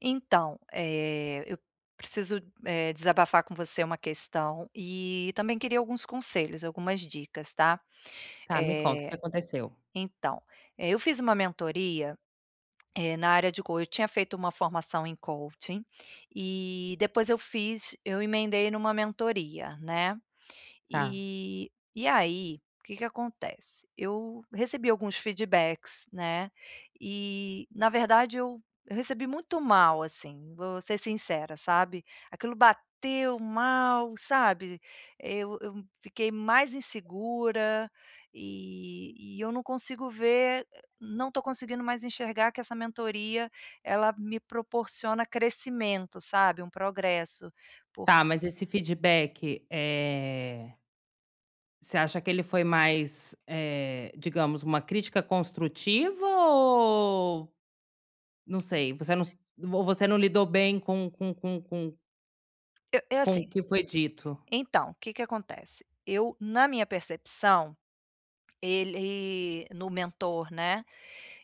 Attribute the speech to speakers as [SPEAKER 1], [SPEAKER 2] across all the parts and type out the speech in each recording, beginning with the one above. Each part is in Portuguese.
[SPEAKER 1] Então, eu preciso, desabafar com você uma questão e também queria alguns conselhos, algumas dicas, tá.
[SPEAKER 2] Tá, me conta o que
[SPEAKER 1] Eh,
[SPEAKER 2] aconteceu.
[SPEAKER 1] então, eu fiz uma mentoria, na área de coaching. Eu tinha feito uma formação em coaching e depois eu fiz eu emendei numa mentoria, né.
[SPEAKER 2] Tá.
[SPEAKER 1] E aí, o que que acontece? Eu recebi alguns feedbacks, né, e na verdade eu recebi muito mal, assim, vou ser sincera, sabe. Aquilo bateu mal, sabe. Eu fiquei mais insegura e eu não consigo ver não tô conseguindo mais enxergar que essa mentoria, ela me proporciona crescimento, sabe, um progresso,
[SPEAKER 2] Tá,
[SPEAKER 1] porque
[SPEAKER 2] mas esse feedback, você acha que ele foi mais, digamos, uma crítica construtiva ou não sei, você não s ou você não lidou bem com com com com
[SPEAKER 1] eu
[SPEAKER 2] com
[SPEAKER 1] assim.
[SPEAKER 2] o que foi dito?
[SPEAKER 1] Então, o que que acontece? Eu, na minha percepção, ele no mentor, né,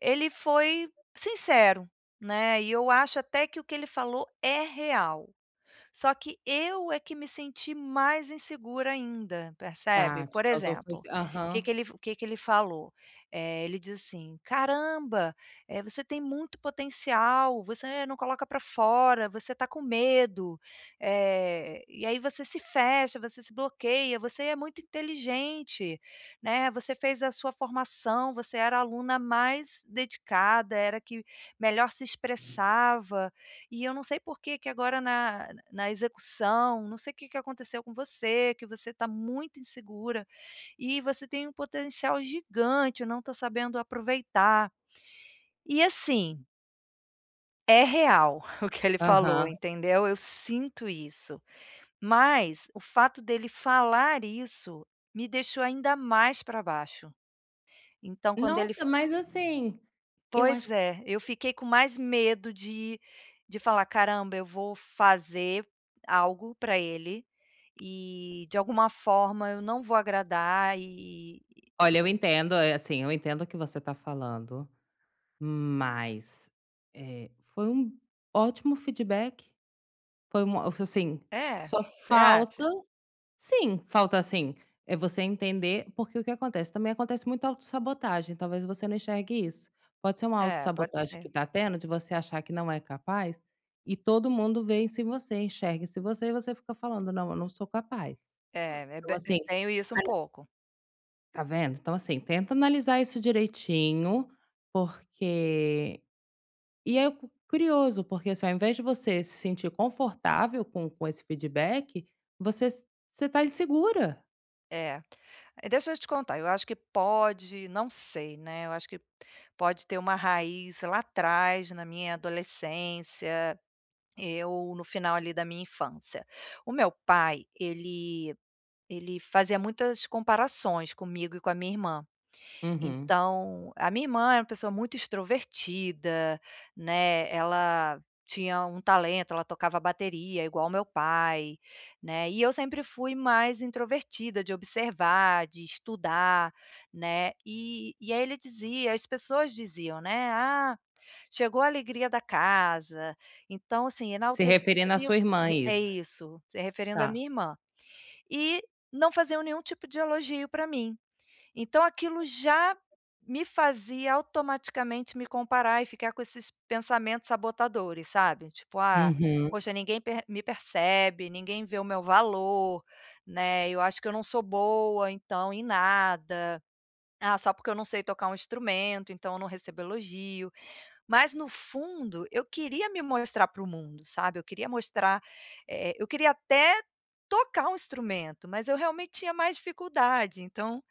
[SPEAKER 1] ele foi sincero, né, e eu acho até que o que ele falou é real. Só que eu é que me senti mais insegura ainda, percebe?
[SPEAKER 2] Tá, te
[SPEAKER 1] Por
[SPEAKER 2] causou foi
[SPEAKER 1] exemplo,
[SPEAKER 2] esse aham,
[SPEAKER 1] o que que ele falou? Ele diz assim: "Caramba, você tem muito potencial, você não coloca para fora, você está com medo, e aí você se fecha, você se bloqueia, você é muito inteligente, né, você fez a sua formação, você era a aluna mais dedicada, era a que melhor se expressava, e eu não sei por que que agora na execução, não sei o que que aconteceu com você, que você está muito insegura, e você tem um potencial gigante, não está sabendo aproveitar." E assim, é real o que ele falou,
[SPEAKER 2] aham.
[SPEAKER 1] entendeu? Eu sinto isso, mas o fato dele falar isso me deixou ainda mais para baixo. Então quando ele
[SPEAKER 2] Nossa, mas assim, eu
[SPEAKER 1] Pois
[SPEAKER 2] acho
[SPEAKER 1] é, eu fiquei com mais medo de falar: "Caramba, eu vou fazer algo para ele e de alguma forma eu não vou agradar e".
[SPEAKER 2] olha, eu entendo, assim, eu entendo o que você tá falando, mas, foi um ótimo feedback. Foi uma assim,
[SPEAKER 1] É,
[SPEAKER 2] só
[SPEAKER 1] você
[SPEAKER 2] falta
[SPEAKER 1] acha?
[SPEAKER 2] sim, falta assim, é você entender porque o que acontece, também acontece muita autossabotagem, talvez você não enxergue isso. Pode ser uma
[SPEAKER 1] É, pode
[SPEAKER 2] autossabotagem que
[SPEAKER 1] ser.
[SPEAKER 2] tá tendo de você achar que não é capaz, e todo mundo vê isso em si você, enxerga isso em si você e você fica falando: "Não, eu não sou capaz".
[SPEAKER 1] É, é
[SPEAKER 2] Então
[SPEAKER 1] be é,
[SPEAKER 2] assim,
[SPEAKER 1] tenho isso um
[SPEAKER 2] ana
[SPEAKER 1] pouco.
[SPEAKER 2] tá vendo? Então assim, tenta analisar isso direitinho, porque e é cu curioso, porque, assim, ao invés de você se sentir confortável com esse feedback, você s você tá insegura.
[SPEAKER 1] É. Deixa eu te contar, eu acho que pode não sei, né, eu acho que pode ter uma raiz lá atrás, na minha adolescência, eu no final ali da minha infância. O meu pai, ele ele fazia muitas comparações comigo e com a minha irmã.
[SPEAKER 2] Uhum.
[SPEAKER 1] Então, a minha irmã era uma pessoa muito extrovertida, né, ela tinha um talento, ela tocava bateria igual meu pai, né, e eu sempre fui mais introvertida, de observar, de estudar, né, e aí ele dizia as pessoas diziam, né: "Ah, chegou a alegria da casa". Então, assim,
[SPEAKER 2] Se referindo à
[SPEAKER 1] enalteciam,
[SPEAKER 2] sua irmã,
[SPEAKER 1] é é
[SPEAKER 2] isso?
[SPEAKER 1] isso, se referindo à
[SPEAKER 2] Tá.
[SPEAKER 1] minha irmã, e não faziam nenhum tipo de elogio para mim. Então aquilo já me fazia automaticamente me comparar e ficar com esses pensamentos sabotadores, sabe? Tipo, ah,
[SPEAKER 2] Uhum.
[SPEAKER 1] poxa, ninguém per- me percebe, ninguém vê o meu valor, né? Eu acho que eu não sou boa, então, em nada. Ah, só porque eu não sei tocar um instrumento, então eu não recebo elogio. Mas no fundo, eu queria me mostrar para o mundo, sabe, eu queria mostrar, eu queria até tocar um instrumento, mas eu realmente tinha mais dificuldade, então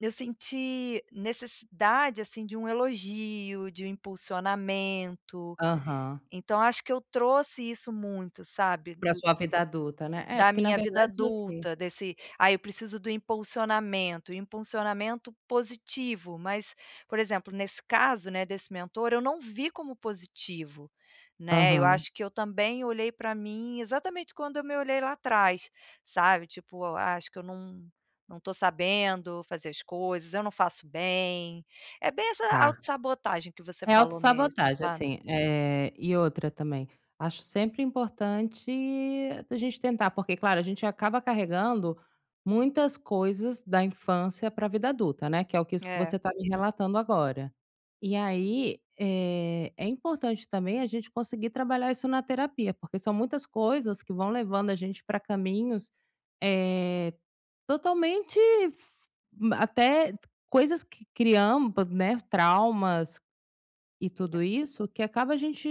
[SPEAKER 1] eu senti necessidade, assim, de um elogio, de um impulsionamento,
[SPEAKER 2] Aham.
[SPEAKER 1] então acho que eu trouxe isso muito, sabe,
[SPEAKER 2] Pra sua vida adulta, né. É,
[SPEAKER 1] da
[SPEAKER 2] porque na
[SPEAKER 1] minha vida
[SPEAKER 2] verdade, você
[SPEAKER 1] adulta, desse "Ai, eu preciso do impulsionamento", impulsionamento positivo, mas, por exemplo, nesse caso, né, desse mentor, eu não vi como positivo, né, eu
[SPEAKER 2] aham.
[SPEAKER 1] acho que eu também olhei para mim exatamente quando eu me olhei lá atrás, sabe, tipo: "Ah, acho que eu não tô sabendo fazer as coisas, eu não faço bem", é bem essa
[SPEAKER 2] Tá.
[SPEAKER 1] autossabotagem que você
[SPEAKER 2] É
[SPEAKER 1] falou mesmo,
[SPEAKER 2] autossabotagem,
[SPEAKER 1] sabe.
[SPEAKER 2] assim, e outra também, acho sempre importante a gente tentar, porque claro, a gente acaba carregando muitas coisas da infância para a vida adulta, né, que é o que isso que
[SPEAKER 1] É.
[SPEAKER 2] você está me relatando agora. E aí, é importante também a gente conseguir trabalhar isso na terapia, porque são muitas coisas que vão levando a gente para caminhos, eh, totalmente f até coisas que criamos, né, traumas, e tudo isso, que acaba a gente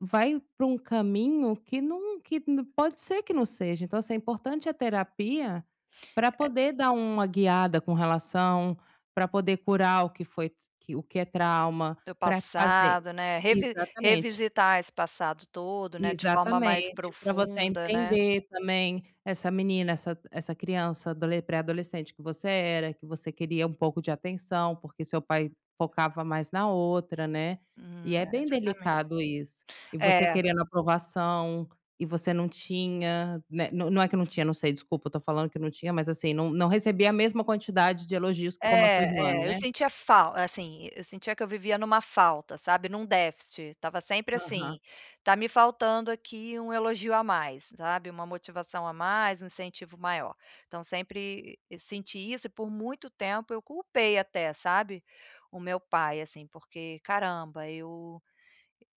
[SPEAKER 2] vai para um caminho que não que n pode ser que não seja. Então, assim, é importante a terapia para poder dar uma guiada com relação, para poder curar o que foi que é trauma,
[SPEAKER 1] Do
[SPEAKER 2] para fazer
[SPEAKER 1] passado, né,
[SPEAKER 2] exatamente.
[SPEAKER 1] revisitar esse passado todo, né, de forma mais
[SPEAKER 2] Exatamente, para você
[SPEAKER 1] profunda, né.
[SPEAKER 2] entender também essa menina, essa criança, adole pré-adolescente que você era, que você queria um pouco de atenção, porque seu pai focava mais na outra, né. E é
[SPEAKER 1] É,
[SPEAKER 2] bem
[SPEAKER 1] exatamente.
[SPEAKER 2] delicado isso. E você
[SPEAKER 1] É,
[SPEAKER 2] querendo aprovação, e você não tinha, né, não é que não tinha, não sei, desculpa, eu tô falando que não tinha, mas assim, não recebia a mesma quantidade de elogios que como a sua irmã,
[SPEAKER 1] é, eu
[SPEAKER 2] né.
[SPEAKER 1] sentia falta, assim, eu sentia que eu vivia numa falta, sabe, num déficit. Tava sempre assim,
[SPEAKER 2] Aham.
[SPEAKER 1] tá me faltando aqui um elogio a mais, sabe, uma motivação a mais, um incentivo maior. Então sempre eu senti isso e por muito tempo eu culpei até, sabe, o meu pai, assim, porque caramba eu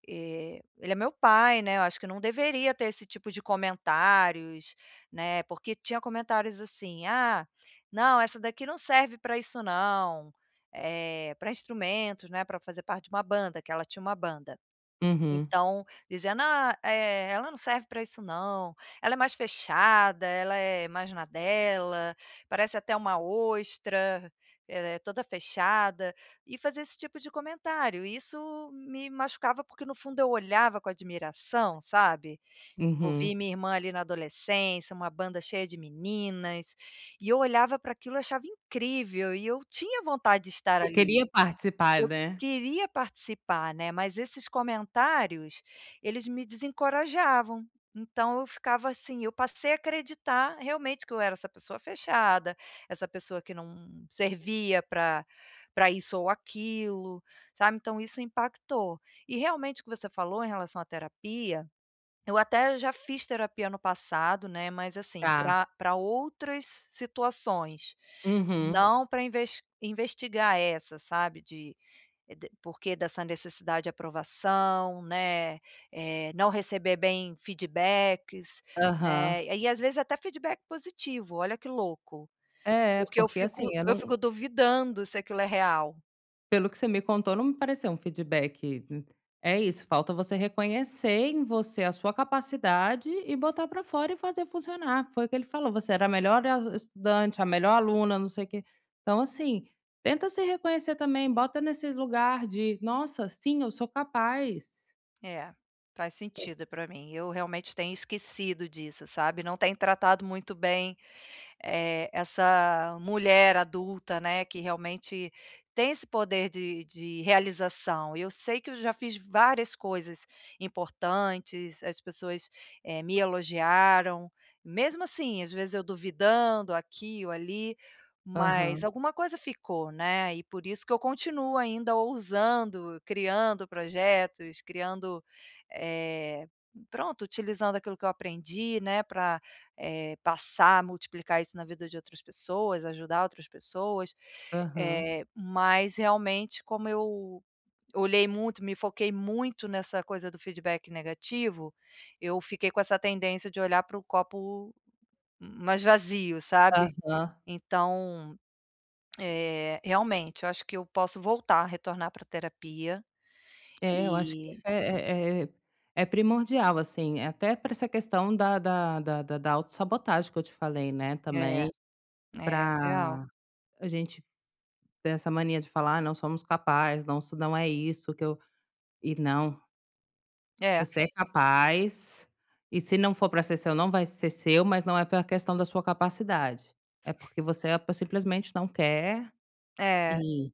[SPEAKER 1] Ele é meu pai, né, eu acho que não deveria ter esse tipo de comentários, né, porque tinha comentários assim: "Ah, não, essa daqui não serve para isso não", é para instrumentos, né, para fazer parte de uma banda, que ela tinha uma banda.
[SPEAKER 2] Uhum,
[SPEAKER 1] Então, dizendo: "Ah, ela não serve para isso não, ela é mais fechada, ela é mais na dela, parece até uma ostra, é toda fechada", e fazer esse tipo de comentário. E isso me machucava, porque no fundo eu olhava com admiração, sabe. Tipo,
[SPEAKER 2] uhum.
[SPEAKER 1] vi minha irmã ali na adolescência, uma banda cheia de meninas, e eu olhava para aquilo e achava incrível, e eu tinha vontade de estar
[SPEAKER 2] Você
[SPEAKER 1] ali.
[SPEAKER 2] queria participar,
[SPEAKER 1] Eu
[SPEAKER 2] né.
[SPEAKER 1] queria participar, né, mas esses comentários, eles me desencorajavam. Então eu ficava assim, eu passei a acreditar realmente que eu era essa pessoa fechada, essa pessoa que não servia para isso ou aquilo, sabe, então isso impactou. E realmente o que você falou em relação à terapia, eu até já fiz terapia no passado, né, mas assim,
[SPEAKER 2] Tá.
[SPEAKER 1] para outras situações,
[SPEAKER 2] Uhum.
[SPEAKER 1] não para investigar essa, sabe, de de porque dessa necessidade de aprovação, né, não receber bem feedbacks,
[SPEAKER 2] Aham.
[SPEAKER 1] né, e às vezes até feedback positivo, olha que louco,
[SPEAKER 2] É,
[SPEAKER 1] porque eu
[SPEAKER 2] porque assim,
[SPEAKER 1] fico
[SPEAKER 2] eu
[SPEAKER 1] eu
[SPEAKER 2] não
[SPEAKER 1] fico duvidando se aquilo é real.
[SPEAKER 2] pelo que você me contou, não me pareceu um feedback é isso, falta você reconhecer em você a sua capacidade e botar pra fora e fazer funcionar. Foi o que ele falou, você era a melhor a estudante, a melhor aluna, não sei o quê. Então assim, tenta se reconhecer também, bota nesse lugar de: "Nossa, sim, eu sou capaz".
[SPEAKER 1] É, faz sentido para mim, eu realmente tenho esquecido disso, sabe, não tenho tratado muito bem essa mulher adulta, né, que realmente tem esse poder de realização. Eu sei que eu já fiz várias coisas importantes, as pessoas, me elogiaram, mesmo assim, às vezes eu duvidando aqui ou ali, mas
[SPEAKER 2] Aham,
[SPEAKER 1] alguma coisa ficou, né, e por isso que eu continuo ainda ousando, criando projetos, criando, eh, pronto, utilizando aquilo que eu aprendi, né, para passar, multiplicar isso na vida de outras pessoas, ajudar outras pessoas,
[SPEAKER 2] aham,
[SPEAKER 1] mas realmente como eu olhei muito, me foquei muito nessa coisa do feedback negativo, eu fiquei com essa tendência de olhar para o copo mais vazio, sabe.
[SPEAKER 2] aham.
[SPEAKER 1] Então, realmente eu acho que eu posso voltar, retornar para terapia
[SPEAKER 2] É, eu acho que isso
[SPEAKER 1] e
[SPEAKER 2] é primordial, assim, é até para essa questão da autossabotagem que eu te falei, né,
[SPEAKER 1] é, é
[SPEAKER 2] também,
[SPEAKER 1] é
[SPEAKER 2] para
[SPEAKER 1] real.
[SPEAKER 2] a gente ter essa mania de falar: "Ah, não somos capazes, não, isso não é isso que eu" e não,
[SPEAKER 1] É,
[SPEAKER 2] você é capaz, e se não for para ser seu, não vai ser seu, mas não é pela questão da sua capacidade, é porque você é, simplesmente não quer
[SPEAKER 1] é.
[SPEAKER 2] e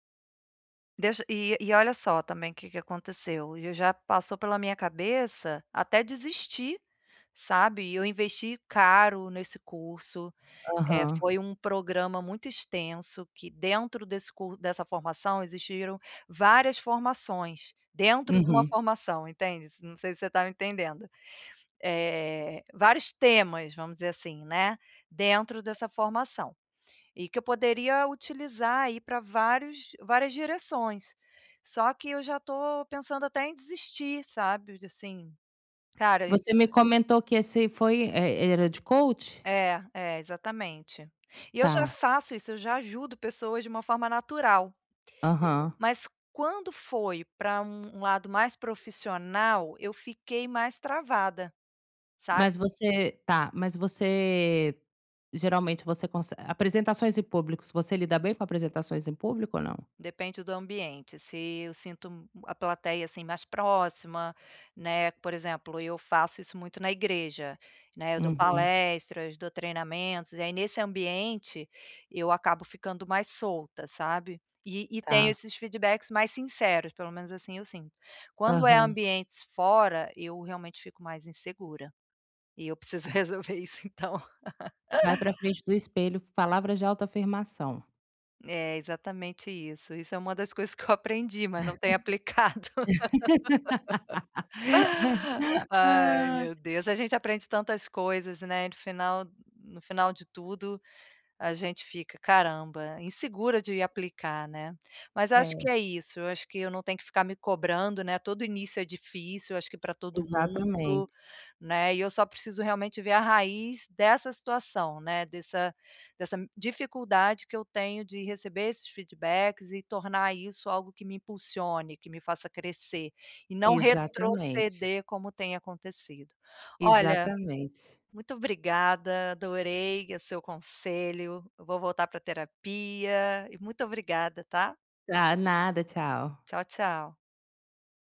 [SPEAKER 1] Deixa e olha só também o que que aconteceu, eu já passou pela minha cabeça até desistir, sabe, eu investi caro nesse curso, é
[SPEAKER 2] aham,
[SPEAKER 1] foi um programa muito extenso que dentro desse cur dessa formação existiram várias formações, dentro de uma
[SPEAKER 2] uhum.
[SPEAKER 1] formação, entende? Não sei se você está me entendendo. É vários temas, vamos dizer assim, né, dentro dessa formação. E que eu poderia utilizar aí para vários várias direções. Só que eu já estou pensando até em desistir, sabe, assim, cara e-
[SPEAKER 2] Você me comentou que esse foi, era de coach?
[SPEAKER 1] é, é, exatamente. E eu já
[SPEAKER 2] Tá,
[SPEAKER 1] faço isso, eu já ajudo pessoas de uma forma natural,
[SPEAKER 2] aham.
[SPEAKER 1] mas quando foi para um lado mais profissional, eu fiquei mais travada, sabe.
[SPEAKER 2] Mas você tá, mas você geralmente você conse apresentações em públicos, você lida bem com apresentações em público ou não?
[SPEAKER 1] Depende do ambiente, se eu sinto a plateia, assim, mais próxima, né, por exemplo, eu faço isso muito na igreja, né, eu dou
[SPEAKER 2] Uhum,
[SPEAKER 1] palestras, dou treinamentos, e aí nesse ambiente eu acabo ficando mais solta, sabe. E tenho
[SPEAKER 2] tá.
[SPEAKER 1] esses feedbacks mais sinceros, pelo menos assim eu sinto. Quando é
[SPEAKER 2] Aham.
[SPEAKER 1] ambientes fora, eu realmente fico mais insegura, e eu preciso resolver isso então.
[SPEAKER 2] Vai pra frente do espelho, palavras de autoafirmação.
[SPEAKER 1] É, exatamente isso, isso é uma das coisas que eu aprendi, mas não tenho aplicado. Ai,
[SPEAKER 2] Ah.
[SPEAKER 1] meu Deus, a gente aprende tantas coisas, né, no final de tudo, a gente fica: "Caramba", insegura de aplicar, né. Mas acho
[SPEAKER 2] É,
[SPEAKER 1] que é isso, eu acho que eu não tenho que ficar me cobrando, né, todo início é difícil, acho que para todo mundo,
[SPEAKER 2] exatamente,
[SPEAKER 1] né, e eu só preciso realmente ver a raiz dessa situação, né, dessa dificuldade que eu tenho de receber esses feedbacks e tornar isso algo que me impulsione, que me faça crescer, e não
[SPEAKER 2] exatamente,
[SPEAKER 1] retroceder como tem acontecido. Olha,
[SPEAKER 2] exatamente.
[SPEAKER 1] muito obrigada, adorei o seu conselho. Eu vou voltar para terapia e muito obrigada, tá?
[SPEAKER 2] Tá, nada, tchau.
[SPEAKER 1] Tchau, tchau.